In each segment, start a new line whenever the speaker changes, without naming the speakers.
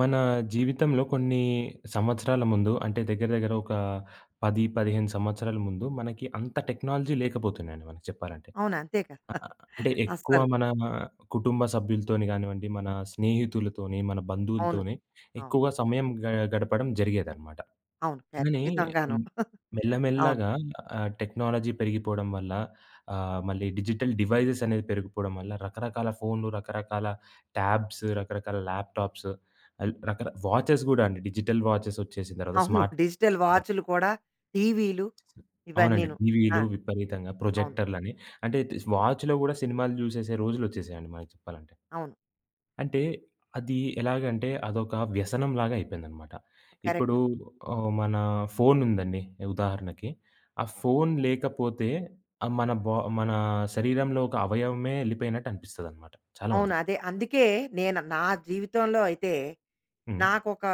మన జీవితంలో కొన్ని సంవత్సరాల ముందు అంటే దగ్గర దగ్గర ఒక 10, 15 సంవత్సరాల ముందు మనకి అంత టెక్నాలజీ లేకపోతున్నాయండి మనకి చెప్పాలంటే.
అవును. అంతే
ఆ!
కదా!
అంటే ఎక్కువ
అస్సలు.
మన కుటుంబ సభ్యులతోని గానివ్వండి, మన స్నేహితులతోని, మన
అవును.
బంధువులతోని
అవును.
ఎక్కువగా సమయం గడపడం జరిగేదనమాట.
అవును.
కానీ
ఖచ్చితంగాను.
హ్మ్.
అవును.
మెల్లమెల్లగా టెక్నాలజీ పెరిగిపోవడం వల్ల మళ్ళీ డిజిటల్ డివైజెస్ అనేది పెరిగిపోవడం వల్ల రకరకాల ఫోన్‌లు, రకరకాల ట్యాబ్స్, రకరకాల ల్యాప్‌టాప్స్, రకర వాచెస్ గూడా అండి. డిజిటల్ వాచెస్ వచ్చేసిన తర్వాత
అవును.
స్మార్ట్
డిజిటల్
వాచెసొచ్చేసిన తర్వాత
వాచులు కూడా, టీవీలు
అవునండి.
ఇవన్నీను. ఆ!
టీవీలు విపరీతంగా
అవును.
ప్రొజెక్టర్‌లని. అంటే వాచ్‌లో గూడా సినిమాలు జూసేసే రోజులొచ్చేసాయండి మనకి చెప్పాలంటే.
అవును.
అంటే అది ఎలాగంటే అదొక వ్యసనంలాగా అయిపోయిందనమాట. ఇప్పుడు
కరెక్ట్.
మన ఫోన్ ఉందండి ఉదాహరణకి. ఆ ఫోన్ లేకపోతే మన శరీరంలో ఒక అవయవమే ఎళ్ళిపోయినట్టు అనిపిస్తదనమాట చాలా
అవును.
మందికి.
అదే. అందుకే నేను నా జీవితంలో అయితే
హ్మ్.
నాకొక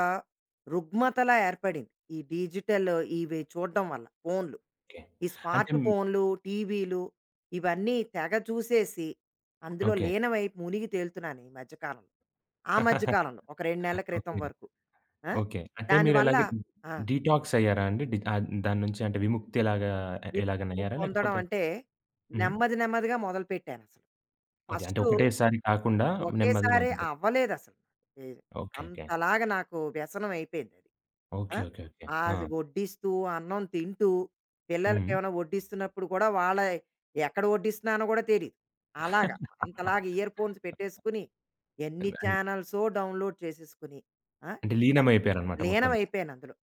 రుగ్మతలా ఏర్పడింది. ఈ డిజిటల్ ఇవి చూడడం వల్ల ఫోన్లు.
ఓకే.
ఈ
అంటే
స్మార్ట్
మీ
ఫోన్లు, టీవీలు ఇవన్నీ తెగ చూసేసి అందులో
ఓకే.
లీనమై మునిగి తేలుతున్నాను ఈ మధ్య కాలంలో. ఆ మధ్య కాలంలో ఒక 2 నెలల క్రితం
ఓకే.
వరకు. ఆ!
ఓకే. అంటే
దానివల్ల
మీరెలాగ
ఆ!
డీటాక్స్ అయ్యారా అండి? దాని నుంచి అంటే విముక్తి ఎలాగా ఎలాగైనా
విముక్తి
అయ్యారా?
పొందడం
లేకపోతే
అంటే
హ్మ్.
నెమ్మది నెమ్మదిగా మొదలుపెట్టానసలు.
ఓకే. అంటే
ఫస్టు
ఒకటేసారి కాకుండా నెమ్మదిగా
ఒకేసారి
మొదలుపెట్టారు.
అవ్వలేదసలు. ఎ
ఓకే. ఓకే.
అంతలాగా నాకు వ్యసనం అయిపోయిందది.
ఓకే.
ఆ!
ఓకే. ఓకే.
ఆ
ఆ!
అది వడ్డిస్తూ, అన్నం తింటూ,
హ్మ్.
పిల్లలకేమైనా వడ్డిస్తున్నప్పుడు కూడా వాళ్ళ ఎక్కడ వడ్డిస్తున్నానో కూడా తెలీదు. అలాగా అంతలాగా ఇయర్ ఫోన్స్ పెట్టేసుకుని ఎన్ని
రైట్.
ఛానల్సో డౌన్‌లోడ్ చేసేసుకుని.
అంటే
ఆ!
లీనమైపోయారనమాట మొత్తం మీరు.
లీనమైపోయాను అందులో.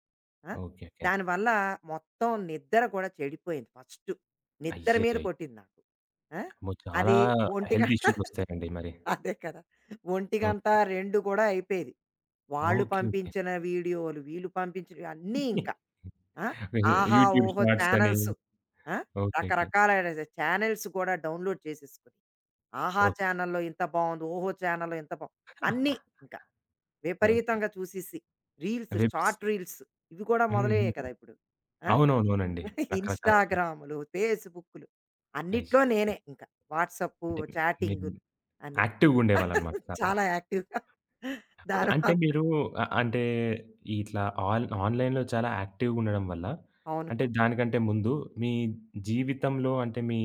ఆ!
ఓకే. ఓకే.
దానివల్ల మొత్తం నిద్ర కూడా చెడిపోయింది ఫస్టు. నిద్ర మీద
అయ్యయ్యయ్యో!
కొట్టింది నాకు. ఆ!
అమ్మో! చాలా
అది ఒంటి
హెల్త్
గంట
ఇష్యూస్ వస్తాయండి మరి.
అదే కదా! ఒంటి గంట,
ఓకే.
2 కూడా అయిపోయేది. వాళ్ళు
ఓకే. ఓకే.
పంపించిన వీడియోలు, వీళ్ళు పంపించినవి అన్నీ ఇంకా. ఆ! ఆహా!
యూట్యూబ్
ఓహో!
షార్ట్స్ అని.
ఛానెల్స్. ఆ!
ఓకే. ఓకే.
రకరకాల ఛానెల్స్ కూడా డౌన్‌లోడ్ చేసేసుకుని. ఆహా!
ఓకే.
ఛానెల్‌లో ఇంత బావుంది. ఓహో! ఛానెల్‌లో ఇంత బావుంది. అన్నీ ఇంక.
ఓకే.
విపరీతంగా చూసేసి రీల్స్,
వెబ్స్.
షార్ట్ రీల్స్ ఇవి కూడా
హ్మ్. హ్మ్.
మొదలయ్యాయి కదా ఇప్పుడు. ఆ!
అవునవునవునండి. రకరకాల
ఇన్‌స్టాగ్రాములు, ఫేస్‌బుక్కులు అన్నిట్లో
అయ్యయ్యో!
నేనే ఇంకా. వాట్సాపు,
అంటే మీరు
చాటింగు అన్నీ.
యాక్టివ్‌గా ఉండేవాళ్ళనమాట చాలా.
చాలా యాక్టివ్‌గా
ఓకే. అంటే
దానివల్ల
మీరు అంటే ఇట్లా ఆన్‌లైన్‌లో చాలా యాక్టివ్‌గా ఉండడం వల్ల,
అవును.
అంటే దానికంటే ముందు మీ జీవితంలో అంటే మీ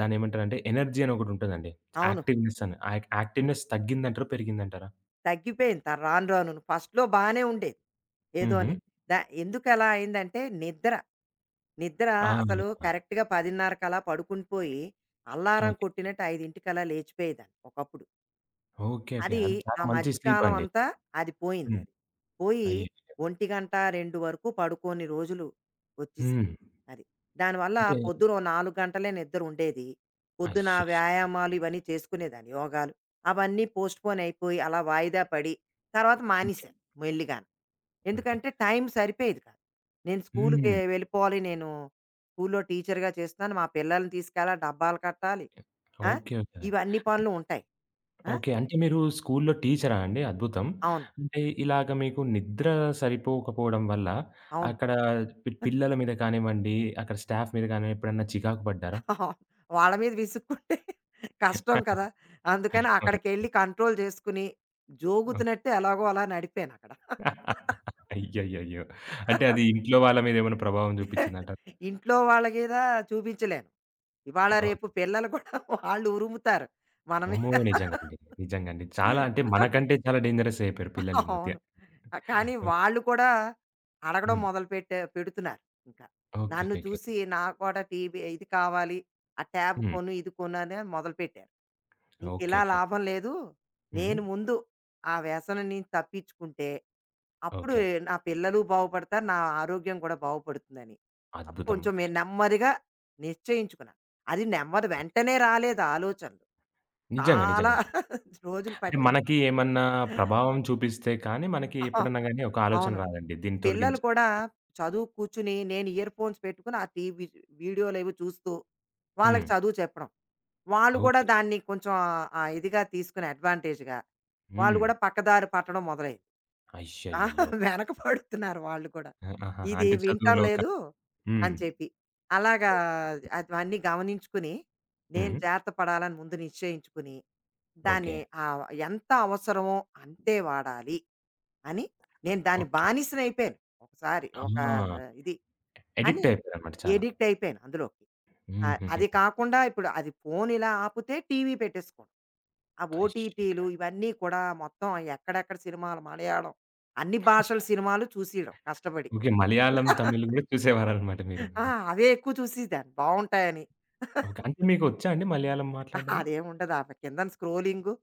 దాన్నేమంటారంటే ఎనర్జీ అని ఒకటుంటదండి.
అవును.
యాక్టివ్‌నెస్ అని. యాక్టివ్‌నెస్ తగ్గిందంటారా? పెరిగిందంటారా?
తగ్గిపోయింది త రాను రానును. ఫస్ట్‌లో బానే ఉండేది.
హుహు.
ఏదోని ద ఎందుకలా అయిందంటే నిద్ర. నిద్ర
ఆ!
అసలు కరెక్ట్‌గా 10:30 కలా పడుకుండిపోయి, అల్లారం
ఓకే.
కొట్టినట్టు 5:00 కల్లా లేచిపోయేదాన్ని ఒకప్పుడు.
ఓకే. ఓకే.
అది
అది చాలా
ఆ
మంచి స్లీప్
మధ్యకాలం
అండి.
అంతా అది పోయింది
హ్మ్.
అది. పోయి,
అయ్యో!
ఒంటి గంట, 2 వరకు పడుకోని రోజులు వచ్చేసాయి.
హ్మ్.
అది. దానివల్ల
అంటే
పొద్దున ఓ 4 గంటలే నిద్రుండేది. పొద్దున
అయ్యయ్యో!
వ్యాయామాలు ఇవన్నీ చేసుకునేదాన్ని యోగాలు. అవన్నీ పోస్ట్‌పోన్ అయిపోయి, అలా వాయిదా పడి, తర్వాత
ఓకే.
మానేశాను మెల్లిగాను.
ఓకే.
ఎందుకంటే టైం సరిపోయేది కాదు. నేను స్కూలుకి
హ్మ్.
వెళ్ళిపోవాలి. నేను స్కూలులో టీచర్‌గా చేస్తున్నాను. మా పిల్లల్ని తీసుకెళ్ళాలి, డబ్బాలు కట్టాలి. ఆ!
ఓకే. ఓకే.
ఇవన్నీ పనులు ఉంటాయి. ఆ!
ఓకే. అంటే మీరు స్కూలులో టీచరా అండి? అద్భుతం.
అవును.
అంటే ఇలాగ మీకు నిద్ర సరిపోకపోవడం వల్ల
అవును.
అక్కడ పిల్లల మీద కానివ్వండి, అక్కడ స్టాఫ్ మీద కానివ్వండి ఎప్పుడన్నా చికాకు పడ్డారా?
అవును. వాళ్ళ మీద విసుక్కుంటే కష్టం కదా! అందుకని
అవునండి.
అక్కడికెళ్ళి కంట్రోల్ చేసుకొని,
ఓకే.
జోగుతున్నట్టు ఎలాగో అలా నడిపానక్కడ.
అయ్యయ్యయ్యో! అంటే అది ఇంట్లో వాళ్ళ మీద ఏమైనా ప్రభావం చూపించిందంటారా?
ఇంట్లో వాళ్ళ మీద చూపించలేను. ఇవాళ,
ఓకే.
రేపు పిల్లలు కూడా వాళ్ళు ఉరుముతారు. మనమే
అమ్మో! నిజంగా అండి. నిజంగా అండి. చాలా అంటే మనకంటే చాలా డేంజరస్ అయిపోయారు పిల్లలు ఈ మధ్య.
అవును. కానీ
ఓహ్!
వాళ్ళు కూడా అడగడం
హ్మ్.
మొదలుపెట్టే పెడుతున్నారు ఇంకా. నన్ను
ఓకేకేకే.
చూసి నాకు కూడా టీవీ ఇది కావాలి, ఆ ట్యాబ్
హ్మ్.
కొను, ఇది కొను అని మొదలుపెట్టారు. ఇంకిలా
ఓకేకే. హ్మ్. ఓకే.
లాభం లేదు.
ఉమ్,
నేను ముందు ఆ వ్యసనం నుంచి తప్పించుకుంటే, అప్పుడు
ఓకే.
నా పిల్లలు బాగుపడతారు, నా ఆరోగ్యం కూడా బాగుపడుతుందని. అప్పుడు
అద్భుతం.
కొంచెం నేను నెమ్మదిగా నిశ్చయించుకున్నాను. అది నెమ్మది వెంటనే రాలేదు ఆలోచనలు.
నిజంగా.
చాలా
నిజంగా.
రోజులు
అంటే
పట్టింది.
మనకి ఏమన్నా ప్రభావం చూపిస్తే కానీ, మనకి ఎప్పుడన్నా గాని ఒక ఆలోచన
అవును.
రాదండి దీన్ని
పిల్లలు
తొలగించాలని
కూడా
చెప్పి.
చదువు కూర్చుని నేను ఇయర్ ఫోన్స్ పెట్టుకుని ఆ టీవీ వీడియోలు ఏవో చూస్తూ వాళ్ళకి
హ్మ్.
చదువు చెప్పడం. వాళ్ళు కూడా
ఓకే.
దాన్ని కొంచెం ఆ ఇదిగా తీసుకుని అడ్వాంటేజ్‌గా వాళ్ళు
హ్మ్.
కూడా పక్కదారి పట్టడం మొదలైంది. ఆ,
అయ్యయ్యయ్యో!
వెనక పడుతున్నారు వాళ్ళు కూడా.
ఆ! ఆహాహా!
ఇది
అంటే
వినటం
చదువులో
లేదు
కానీ హ్మ్.
అని చెప్పి. అలాగా అవన్నీ గమనించుకుని నేను
హ్మ్.
జాగ్రత్త పడాలని ముందు నిశ్చయించుకుని
ఓకే.
దాన్ని ఆహ్, ఎంత అవసరమో అంతే వాడాలి. అని నేను దాని
ఓకే.
బానిసనయిపోయాను. ఒకసారి ఒక
ఆ!
ఇది అని
అడిక్ట్ అయిపోయారన్నమాట చాలా.
ఎడిక్ట్ అయిపోయాను అందులోకి. అది
హుహుహు.
కాకుండా ఇప్పుడు అది ఫోన్ ఇలా ఆపితే టీవీ పెట్టేసుకోవడం. ఆ ఓటీటీలు
అయ్యయ్యో!
ఇవన్నీ కూడా మొత్తం ఎక్కడెక్కడ సినిమాలు మలయాళం, అన్ని భాషల సినిమాలు చూసేయడం కష్టపడి.
ఓకే. మలయాళం, తమిళ్ గూడా చూసేవారన్నమాట మీరు.
ఆ! అవే ఎక్కువ చూసేదాన్ని బావుంటాయని. అదేముండదు.
ఓకే. అంటే మీకొచ్చా అండి మలయాళం
ఆ
మాట్లాడడము?
కిందన స్క్రోలింగు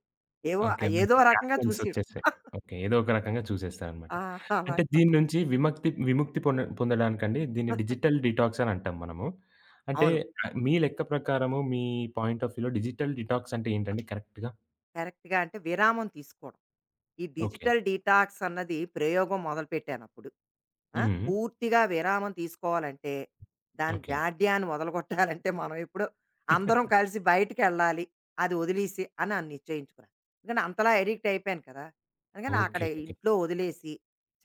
ఏవో
ఓకే. మనకి
ఏదో రకంగా
క్యాప్షన్స్
చూసేయడం.
వచ్చేసాయి. ఓకే. ఏదో ఒక రకంగా చూసేస్తారనమాట.
ఆ! అలా.
అంటే దీని నుంచి విముక్తి పొందడానికండి దీన్ని డిజిటల్ డీటాక్స్ అని అంటాం మనము. అంటే
అవును.
మీ లెక్క ప్రకారము మీ పాయింట్ ఆఫ్ వ్యూలో డిజిటల్ డీటాక్స్ అంటే ఏంటండి కరెక్ట్‌గా?
కరెక్ట్‌గా అంటే విరామం తీసుకోవడం. ఈ
ఓకే.
డిజిటల్ డీటాక్స్ అన్నది ప్రయోగం మొదలుపెట్టాను అప్పుడు. ఆ!
హ్మ్.
పూర్తిగా విరామం తీసుకోవాలంటే, దాని
ఓకే.
జాడ్యాన్ని మొదలుగొట్టాలంటే మనం ఎప్పుడో అందరం కలిసి బయటికెళ్ళాలి. అది ఒదిలేసి అని నేను నిశ్చయించుకున్నాను. ఎందుకంటే అంతలా అడిక్ట్ అయిపోయాను కదా! అందుకని అక్కడ
ఓకే. ఓకే.
ఇంట్లో ఒదిలేసి,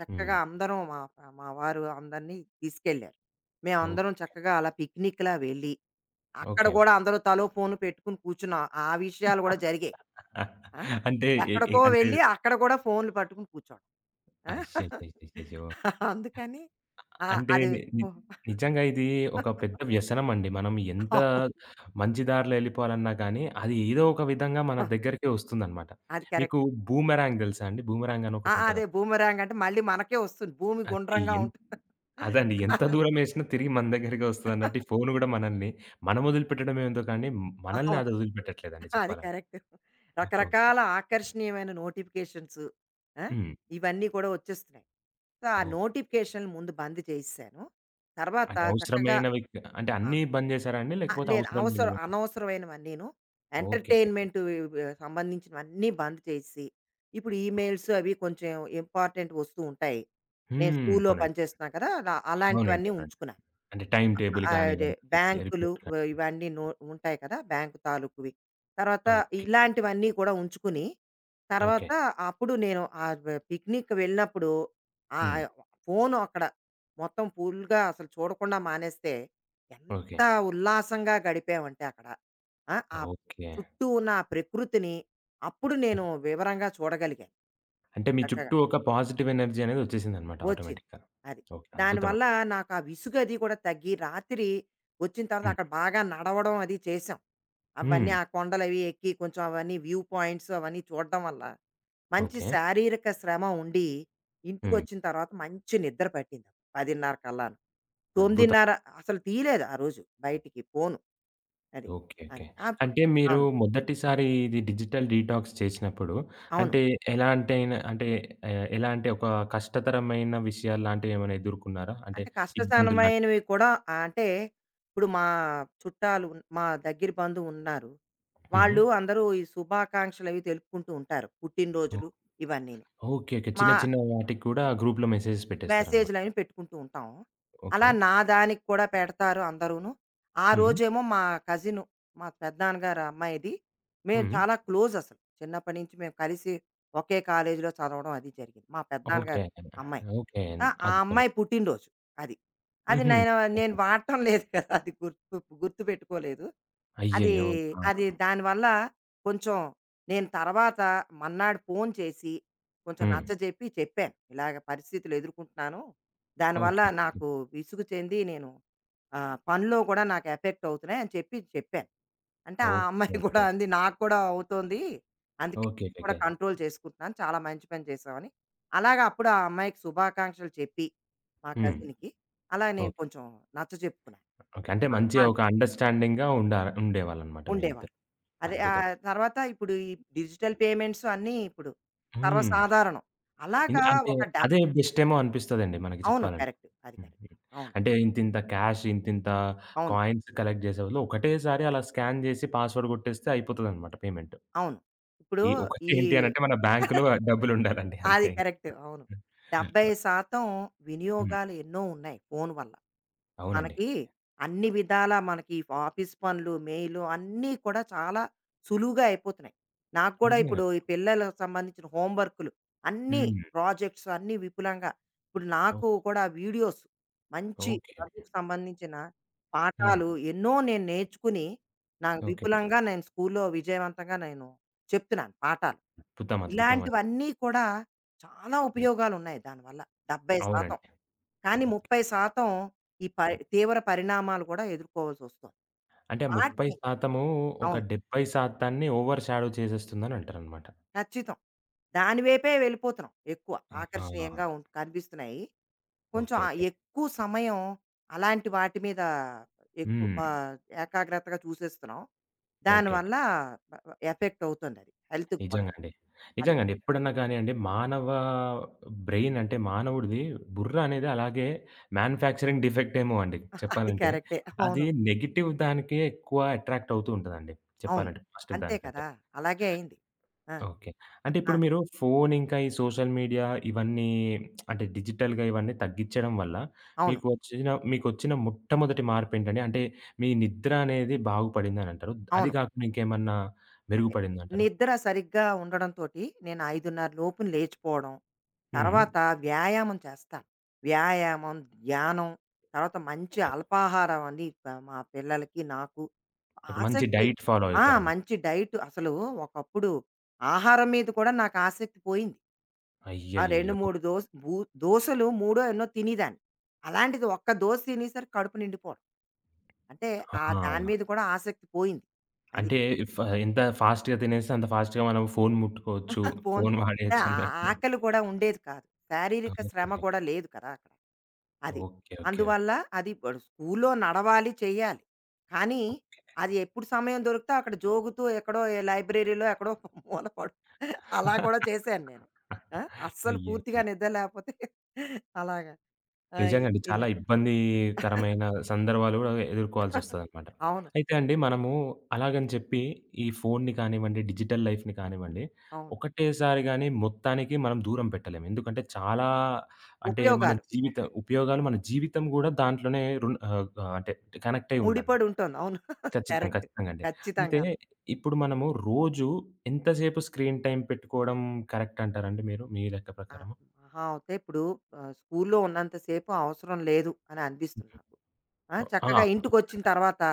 చక్కగా
హ్మ్.
అందరం మా మా వారు అందరినీ తీసుకెళ్లారు.
ఓహ్!
మేమందరం చక్కగా అలా పిక్నిక్‌లా వెళ్ళి, అక్కడ
ఓకే.
గూడా అందరూ తలో ఫోను పెట్టుకుని కూర్చున్నాం. ఆ విషయాలు గూడా జరిగాయి. ఆ!
అంటే ఎ ఎ
ఎక్కడికో
అంటే
వెళ్ళి అక్కడ కూడా ఫోన్‌లు పట్టుకుని కూర్చోడం. ఆ!
అయ్యయ్యయ్యయ్యో!
అందుకని ఆ!
అంటే
అది
ని ని
అవును.
నిజంగా ఇది ఒక పెద్ద వ్యసనం అండి. మనం ఎంత మంచి దారిలో ఎళ్ళిపోవాలన్నా గానీ, అది ఏదో ఒక విధంగా మన
ఆ!
దగ్గరికే వస్తుందనమాట.
అది
మీకు
కరెక్ట్.
బూమెరాంగ్ తెలుసా అండి? బూమెరాంగ్ అని
ఆ! అదే
ఒకటుంటదండి.
బూమరాంగ్ అంటే మళ్ళీ మనకే వస్తుంది. భూమి
అది
గుండ్రంగా
ఎన్
ఉంటుంది.
అదండి. ఎంత దూరం ఎసినా తిరిగి మన దగ్గరికే వస్తదన్నట్టు ఈ ఫోను గూడా మనల్ని మనం వదిలిపెట్టడం ఎందుకండి, మనల్ని
అవును.
అది వదిలిపెట్టట్లేదండి
అది
చెప్పాలంటే.
కరెక్ట్.
ఓకే.
రకరకాల ఆకర్షణీయమైన నోటిఫికేషన్స్ ఆ!
హ్మ్.
ఇవన్నీ కూడా వచ్చేస్తున్నాయి. సో, ఆ
ఓకే.
నోటిఫికేషన్‌లు ముందు బంద్ చేసేశాను. తర్వాత
అంటే
చక్కగా
అవసరమైనవి అంటే
ఆ!
అన్నీ బంద్ చేసారా అండి?
ఆ!
లేకపోతే
లేదు.
అవసరం
అవసరం
లేనివి
అనవసరమైనవన్నీను.
ఓకే. ఓకే.
ఎంటర్‌టైన్‌మెంట్ సంబంధించినవన్నీ బంద్ చేసేసి, ఇప్పుడు
ఓకే.
ఈమెయిల్స్ అవి కొంచెం ఇంపార్టెంట్ వస్తూ ఉంటాయి. నేను
హ్మ్.
స్కూల్‌లో
అవునండి.
పనిచేస్తున్నా కదా! అలా
అవునండి.
అలాంటివన్నీ
అవునండి.
ఉంచుకున్నాను.
అంటే టైమ్ టేబుల్
ఆ, అదే
కానివ్వండి,
బ్యాంకులు
రిపోర్ట్ కానీ.
వ- ఇవన్నీ నో ఉంటాయి కదా బ్యాంకు తాలూకువి తర్వాత
ఓకే.
ఇలాంటివన్నీ కూడా ఉంచుకుని
ఓకే.
తర్వాత అప్పుడు నేను ఆ పిక్నిక్ వెళ్ళినప్పుడు ఆ
హ్మ్.
ఫోన్ అక్కడ మొత్తం ఫుల్గా అసలు చూడకుండా మానేస్తే
ఓకే.
ఎంత ఉల్లాసంగా గడిపామంటే అక్కడ ఆ ఆ
ఓకే.
చుట్టూ ఉన్న ఆ ప్రకృతిని అప్పుడు
హ్మ్.
నేను వివరంగా చూడగలిగాను
అంటే మీ
చక్కగా
చుట్టూ ఒక పాజిటివ్ ఎనర్జీ అనేది వచ్చేసిందనమాట
వచ్చింది.
ఆటోమేటిక్‌గా.
అది.
ఓకే.
దానివల్ల
అద్భుతమండి.
నాకు ఆ విసుగు అది కూడా తగ్గి, రాత్రి వచ్చిన తర్వాత
హ్మ్.
అక్కడ బాగా నడవడం అది చేసాం. అవన్నీ
హ్మ్.
ఆ కొండలవి ఎక్కి కొంచెం అవన్నీ వ్యూ పాయింట్స్ అవన్నీ చూడడం వల్ల, మంచి
ఓకే.
శారీరక శ్రమ ఉండి,
హ్మ్.
ఇంటికొచ్చిన తర్వాత మంచి నిద్ర పట్టింది. 10:30 కల్లాను.
అద్భుతం.
9:30 అసలు తీయలేదు ఆ రోజు బయటికి ఫోను. అది.
ఓకే. ఓకే.
అది. అప్పుడు
అంటే మీరు
అవును.
మొదటిసారి ఇది డిజిటల్ డీటాక్స్ చేసినప్పుడు
అవును.
అంటే ఎలాంటైన అంటే ఎలా అంటే ఒక కష్టతరమైన విషయాల్లాంటివి ఏమైనా ఎదుర్కున్నారా? అంటే
అంటే
ఇబ్బందుల్లాంటివి?
కష్టతరమైనవి కూడా అంటే ఇప్పుడు మా చుట్టాలు ఉన్- మా దగ్గర బంధువు ఉన్నారు.
హ్మ్.
వాళ్ళు అందరూ ఈ శుభాకాంక్షలవి తెలుపుకుంటూ ఉంటారు. పుట్టినరోజులు
ఓహ్!
ఇవన్నీను.
ఓకే. ఓకే. చిన్న
మా
చిన్న వాటికి కూడా గ్రూప్‌లో మెసేజెస్ పెట్టేస్తారనమాట.
మెసేజ్‌లని పెట్టుకుంటూ ఉంటాం.
ఓకే.
అలా నా దానికి కూడా పెడతారు అందరూను. ఆ
హ్మ్.
రోజేమో మా కజిను, మా పెదనాన్నగారు అమ్మాయిది. మేము
హ్మ్.
చాలా క్లోజ్ అసలు. చిన్నప్పటి నుంచి మేము కలిసి ఒకే కాలేజీలో చదవడం అది జరిగింది. మా
ఓకే.
పెదనాన్నగారు అమ్మాయి.
ఓకే.
ఆ! ఆ
అద్భుతం.
అమ్మాయి పుట్టినరోజు అది. అది
హుహు.
నేను నేను వాడటం లేదు కదా! అది గుర్తుపెట్టుకోలేదు. అది
అయ్యయ్యో!
అది
ఆ!
దానివల్ల కొంచెం నేను తర్వాత మన్నాడు ఫోన్ చేసి కొంచెం
హ్మ్.
నచ్చజెప్పి చెప్పాను. ఇలాగ పరిస్థితులు ఎదుర్కొంటున్నాను. దానివల్ల
ఓకే.
నాకు విసుగు చెంది నేను పనిలో కూడా నాకు ఎఫెక్ట్ అవుతున్నాయి అని చెప్పాను. అంటే ఆ
ఓకే.
అమ్మాయి కూడా
ఓకే.
అంది, "నాకు కూడా అవుతోంది. అందుకే
ఓకే.
నేను కూడా
ఓకే.
కంట్రోల్ చేసుకుంటున్నాను. చాలా మంచి పని చేశావని." అలాగా అప్పుడు ఆ అమ్మాయికి శుభాకాంక్షలు చెప్పి, మా
హ్మ్.
కజిన్‌కి అలా నేను
ఓకే.
కొంచెం నచ్చజెప్పుకున్నాను.
ఓకే. అంటే మంచి
ఆ!
ఒక అండర్‌స్టాండింగ్‌గా ఉండేవాళ్ళన్నమాట మీ ఇద్దరు.
ఉండేవాళ్ళం. అదే
అద్భుతం.
తర్వాత ఇప్పుడు ఈ డిజిటల్ పేమెంట్స్ అన్నీ ఇప్పుడు
హ్మ్.
సర్వసాధారణం.
ఇన్
అలాగా
అంటే
ఒక డబ్
అదే బెస్టేమో అనిపిస్తదండి మనకి
అవును.
చెప్పాలంటే.
కరెక్ట్. అది
హ్మ్.
కరెక్ట్.
హ్మ్.
అవును.
అంటే ఇంతింత క్యాష్, ఇంతింత
అవును.
కాయిన్స్ కలెక్ట్ చేసే బదులు ఒకటేసారి అలా స్కాన్ చేసి పాస్వర్డ్ కొట్టేస్తే అయిపోతదన్నమాట పేమెంట్.
అవును. ఇప్పుడు
ఈ ఒకటి
ఈ
ఏంటి అనంటే మన బ్యాంక్‌లో డబ్బులుండాలండి
అది
అంతే.
కరెక్ట్. అవును. 70%
హ్మ్.
వినియోగాలు ఎన్నో ఉన్నాయి ఫోను వల్ల.
అవునండి.
మనకి అన్ని విధాలా మనకి ఆఫీస్ పనులు, మెయిలు అన్నీ కూడా చాలా సులువుగా అయిపోతున్నాయి. నాకు కూడా
నిజంగా.
ఇప్పుడు ఈ పిల్లలకు సంబంధించిన హోమ్ వర్కులు అన్నీ
హ్మ్.
ప్రాజెక్ట్స్ అన్నీ విపులంగా ఇప్పుడు
ఓ
నాకు కూడా వీడియోస్ మంచి
ఓకే.
చదువుకు సంబంధించిన
హ్మ్.
పాఠాలు ఎన్నో నేను నేర్చుకుని, నాకు
ఓకే.
విపులంగా నేను స్కూల్లో విజయవంతంగా నేను చెప్తున్నాను పాఠాలు.
అద్భుతం. అద్భుతం అండి.
ఇలాంటివన్నీ కూడా చాలా
హ్మ్.
ఉపయోగాలున్నాయి దానివల్ల 70%
అవునండి.
కానీ
ఓకే.
30% ఈ పరి
హ్మ్.
తీవ్ర పరిణామాలు కూడా ఎదుర్కోవాల్సొస్తుంది.
అంటే
ఆటిని
30% ఒక
అవును.
70% ఓవర్ షాడో చేసేస్తుందనంటారనమాట.
ఖచ్చితం. దాని వైపే వెళ్ళిపోతున్నాం ఎక్కువ.
ఆహా!
ఆకర్షణీయంగా ఉంట్ కనిపిస్తున్నాయి. కొంచెం
ఓకే. ఓకే.
ఎక్కువ సమయం అలాంటి వాటి మీద ఎక్కువ
హ్మ్.
ఏకాగ్రతగా చూసేస్తున్నాం.
ఓకే. ఓకే.
దానివల్ల వ వ ఎఫెక్ట్ అవుతుందది. హెల్త్‌కి
నిజంగా
కూడాను.
అండి.
అది.
నిజంగా అండి. ఎప్పుడన్నా కానియండి మానవ బ్రెయిన్ అంటే మానవుడిది బుర్ర అనేది అలాగే మ్యానుఫ్యాక్చరింగ్ డిఫెక్ట్ ఏమో అండి
అది
చెప్పాలంటే.
కరెక్టే.
అది
అవును.
నెగెటివ్ దానికే ఎక్కువ అట్రాక్ట్ అవుతూ ఉంటదండి
అవును.
చెప్పాలంటే పాజిటివ్
అంతే
దానికంటే.
కదా! అలాగే అయింది. ఆ!
ఓకే. అంటే
ఆ!
ఇప్పుడు మీరు ఫోను ఇంకా ఈ సోషల్ మీడియా ఇవన్నీ అంటే డిజిటల్‌గా ఇవన్నీ తగ్గిచ్చడం వల్ల
అవును.
మీకు వచ్చిన మీకొచ్చిన మొట్టమొదటి మార్పేంటండి? అంటే మీ నిద్ర అనేది బాగుపడిందనంటారు. అది
అవును.
కాకుండా ఇంకేమన్నా
అంటే
మెరుగుపడిందంటారా?
నిద్ర సరిగ్గా ఉండడంతోటి నేను 5:30 లోపున లేచిపోవడం.
హ్మ్.
తర్వాత వ్యాయామం చేస్తాను. వ్యాయామం, ధ్యానం, తర్వాత మంచి
ఓకే.
అల్పాహారం అని ప మా పిల్లలకి, నాకు
ఒక మంచి
ఆసక్తి
డైట్ ఫాలో
ఆ!
అవుతారనమాట.
మంచి డైట్ అసలు ఒకప్పుడు ఆహారం మీద కూడా నాకు ఆసక్తి పోయింది. ఆ 2,
అయ్యయ్యయ్యో!
3 దోస్ బు దోసలు మూడో ఎన్నో తినేదాన్ని. అలాంటిది ఒక్క దోస తినేసరికి కడుపు నిండిపోవడం. అంటే ఆ దాని
ఆ!
మీద కూడా ఆసక్తి పోయింది. అది.
అంటే ఫ ఎంత ఫాస్ట్‌గా తినేస్తే అంత ఫాస్ట్‌గా మనం ఫోను ముట్టుకోవచ్చు.
భోంజే
ఫోను
అంటే ఆ-
వాడేయొచ్చన్నట్టు.
ఆకలి కూడా ఉండేది కాదు. శారీరక
ఓకే.
శ్రమ
ఓకే.
కూడా లేదు కదా అక్కడ. అది.
ఓకే. ఓకే.
అందువల్ల అది బడు స్కూల్లో నడవాలి, చెయ్యాలి. కానీ అది ఎప్పుడు సమయం దొరికితే అక్కడ జోగుతూ ఎక్కడో ఏ లైబ్రరీలో ఎక్కడో మూల పడు అలా కూడా చేశాను నేను. ఆ! అస్సలు పూర్తిగా
అయ్యయ్యయ్యో!
నిద్ర లేకపోతే అలాగా. ఆహ్,
నిజంగా అండి. చాలా
ఇలా
ఇబ్బందికరమైన సందర్భాలు గూడా ఎదుర్కోవాల్సొస్తదనమాట.
అవును.
అయితే అండి మనము అలాగని చెప్పి ఈ ఫోన్‌ని కానివ్వండి, డిజిటల్ లైఫ్‌ని కానివ్వండి,
అవును.
ఒకటేసారి గాని మొత్తానికి మనం దూరం పెట్టలేము. ఎందుకంటే చాలా అంటే మన
ఉపయోగాలు.
జీవిత
ఓకే.
ఉపయోగాలు మన జీవితం గూడా దాంట్లోనే రున్ ఆహ్, ఆహ్, అంటే కనెక్ట్ అయ్యి
ముడిపడి
ఉందనమాట.
ఉంటుంది. అవును.
ఖచ్చితంగా.
కరెక్ట్.
ఖచ్చితంగా అండి. అయితే
ఖచ్చితంగాను.
ఇప్పుడు మనము రోజు ఎంతసేపు స్క్రీన్ టైమ్ పెట్టుకోవడం కరెక్ట్ అంటారండి మీరు మీ లెక్క
ఆ!
ప్రకారము?
మహా అవుతే ఇప్పుడు స్కూల్లో ఉన్నంత సేపు అవసరం లేదు అని అనిపిస్తుంది నాకు. ఆ!
ఓహ్! ఆ!
చక్కగా ఇంటికొచ్చిన తర్వాత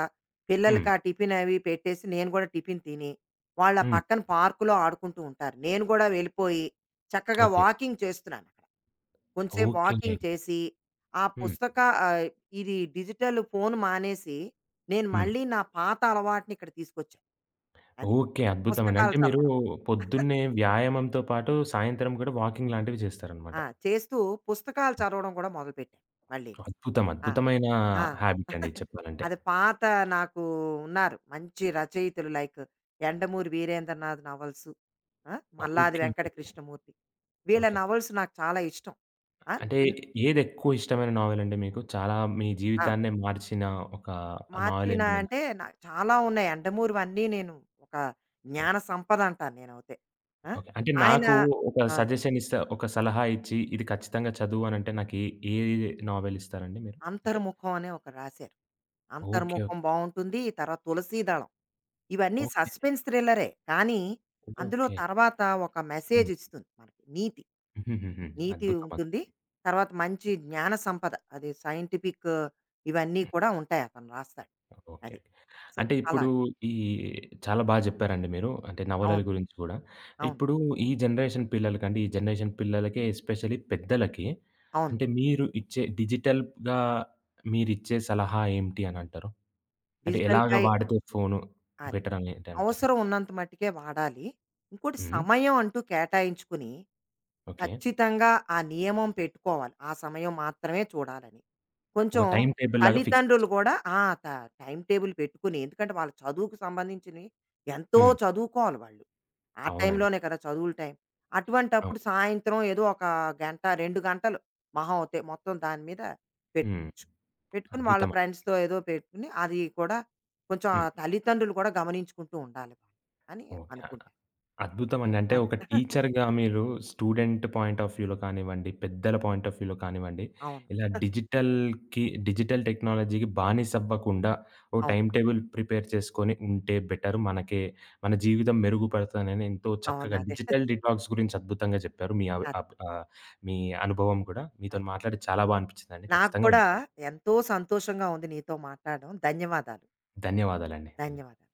హ్మ్.
పిల్లలకి ఆ టిఫిన్ అవి పెట్టేసి నేను కూడా టిఫిన్ తిని, వాళ్ళ
హ్మ్.
పక్కన పార్కులో ఆడుకుంటూ ఉంటారు. నేను కూడా వెళ్ళిపోయి చక్కగా
ఓకే.
వాకింగ్ చేస్తున్నాను అక్కడ. కొంచెంసేపు
ఓకే.
వాకింగ్ చేసి, ఆ
హ్మ్.
పుస్తక ఆహ్, ఇది డిజిటల్ ఫోన్ మానేసి, నేను
హ్మ్.
మళ్ళీ నా పాత అలవాటుని ఇక్కడ తీసుకొచ్చాను. అది
ఓకే. అద్భుతమండి.
పుస్తకాలు
అంటే మీరు
చదవడం.
పొద్దున్నే వ్యాయామంతో పాటు సాయంత్రం కూడా వాకింగ్ లాంటివి చేస్తారనమాట.
ఆ! చేస్తూ పుస్తకాలు చదవడం కూడా మొదలుపెట్టాను మళ్ళీ.
అద్భుతం.
ఆ!
అద్భుతమైన
ఆ!
హాబిట్ అండి ఇది చెప్పాలంటే.
అది పాత నాకు ఉన్నారు. మంచి రచయితలు లైక్ 'యండమూరి వీరేంద్రనాథ్' నవల్సు, ఆ! 'మల్లాది
ఓకే.
వెంకట
ఓకే.
కృష్ణమూర్తి' వీళ్ళ
ఓకే.
నవల్స్ నాకు చాలా ఇష్టం. ఆ!
అంటే
చిన్
ఏదెక్కువ ఇష్టమైన నావెలండి మీకు? చాలా మీ
ఆ!
జీవితాన్నే మార్చిన ఒక
'మార్చినా'
నావెలేమన్నుందా?
అంటే నాకు చాలా ఉన్నాయి. 'యండమూరివన్నీ' నేను ఒక
ఓకే.
జ్ఞాన సంపద అంటాను నేనవుతే. ఆ!
ఓకే. అంటే
ఆయన
నాకు ఒక
ఆ!
సజెషన్ ఇస్తే ఒక సలహా ఇచ్చి ఇది ఖచ్చితంగా చదువు అనంటే నాకు ఏ ఏ నావెల్ ఇస్తారండి మీరు? అంటే
'అంతర్ముఖం' అని ఒకటి రాశారు.
ఓకే.
'అంతర్ముఖం'
ఓకే.
బావుంటుంది. తర్వాత 'తులసీదళం' ఇవన్నీ
ఓకే.
సస్పెన్స్ థ్రిల్లరే. కానీ అందులో
ఓకే.
తర్వాత ఒక మెసేజ్
హ్మ్.
ఇస్తుంది మనకి నీతి.
హుహుహుహు.
నీతి
అద్భుతం.
ఉంటుంది. తర్వాత మంచి జ్ఞాన సంపద. అది సైంటిఫిక్ ఇవన్నీ కూడా ఉంటాయి అతను రాస్తాడు.
ఓకే.
అది. సో,
అంటే
అలా.
ఇప్పుడు ఈ చాలా బా జెప్పారండి మీరు అంటే నవలల
అవును.
గురించి గూడా.
అవును.
ఇప్పుడు ఈ జనరేషన్ పిల్లలకండి, ఈ జనరేషన్ పిల్లలకే ఎస్పెషల్లీ పెద్దలకి
అవును.
అంటే మీరు ఇచ్చే డిజిటల్‌గా మీరిచ్చే సలహా ఏంటి అనంటారు? అంటే ఎలాగ
డిజిటల్‌పై
వాడితే ఫోను
అది.
బెటర్ అని ఏంటనంటారు?
అవసరం ఉన్నంత మట్టుకే వాడాలి. ఇంకోటి
హ్మ్.
సమయం అంటూ కేటాయించుకుని
ఓకే.
ఖచ్చితంగా ఆ నియమం పెట్టుకోవాలి. ఆ సమయం మాత్రమే చూడాలని.
ఒక
కొంచెం
టైమ్ టేబుల్ లాగా ఫిక్స్
తల్లిదండ్రులు
చేసుకోవాలి.
కూడా ఆ! ట టైమ్ టేబుల్ పెట్టుకుని ఎందుకంటే వాళ్ళ చదువుకు సంబంధించినవి ఎంతో
హ్మ్.
చదువుకోవాలి వాళ్ళు. ఆ
అవునండి.
టైంలోనే కదా చదువుల టైం. అటువంటప్పుడు
అవును.
సాయంత్రం ఏదో ఒక గంట, 2 గంటలు మహా అవుతే మొత్తం దాని మీద
హ్మ్.
పెట్టుకోవచ్చు. పెట్టుకుని వాళ్ళ
అద్భుతమండి.
ఫ్రెండ్స్‌తో ఏదో పెట్టుకుని అది కూడా కొంచెం ఆ
హ్మ్.
తల్లిదండ్రులు కూడా గమనించుకుంటూ ఉండాలి వాళ్ళు అని
ఓకే.
అనుకుంటాను.
అద్భుతమండి. అంటే
అదే.
ఒక టీచర్‌గా మీరు స్టూడెంట్ పాయింట్ ఆఫ్ వ్యూలో కానివ్వండి, పెద్దల పాయింట్ ఆఫ్ వ్యూలో కానివ్వండి,
అవును.
ఇలా డిజిటల్‌కి డిజిటల్ టెక్నాలజీకి బానిస అవ్వకుండా ఓ
అవును.
టైమ్ టేబుల్ ప్రిపేర్ చేసుకొని ఉంటే బెటర్. మనకే మన జీవితం మెరుగుపడతదని ఎంతో
అవును.
చక్కగా
అదే.
డిజిటల్ డిటాక్స్ గురించి అద్భుతంగా చెప్పారు. మీ అవ్
అదే.
అబ్ ఆహ్, మీ అనుభవం కూడా. మీతోని మాట్లాడి చాలా బా అనిపించిందండి.
నాకు
ఖచ్చితంగా
కూడా
ఉంటాను.
ఎంతో సంతోషంగా ఉంది నీతో మాట్లాడడం. ధన్యవాదాలు.
ధన్యవాదాలండి. ధన్యవాదాలు.
ధన్యవాదాలు.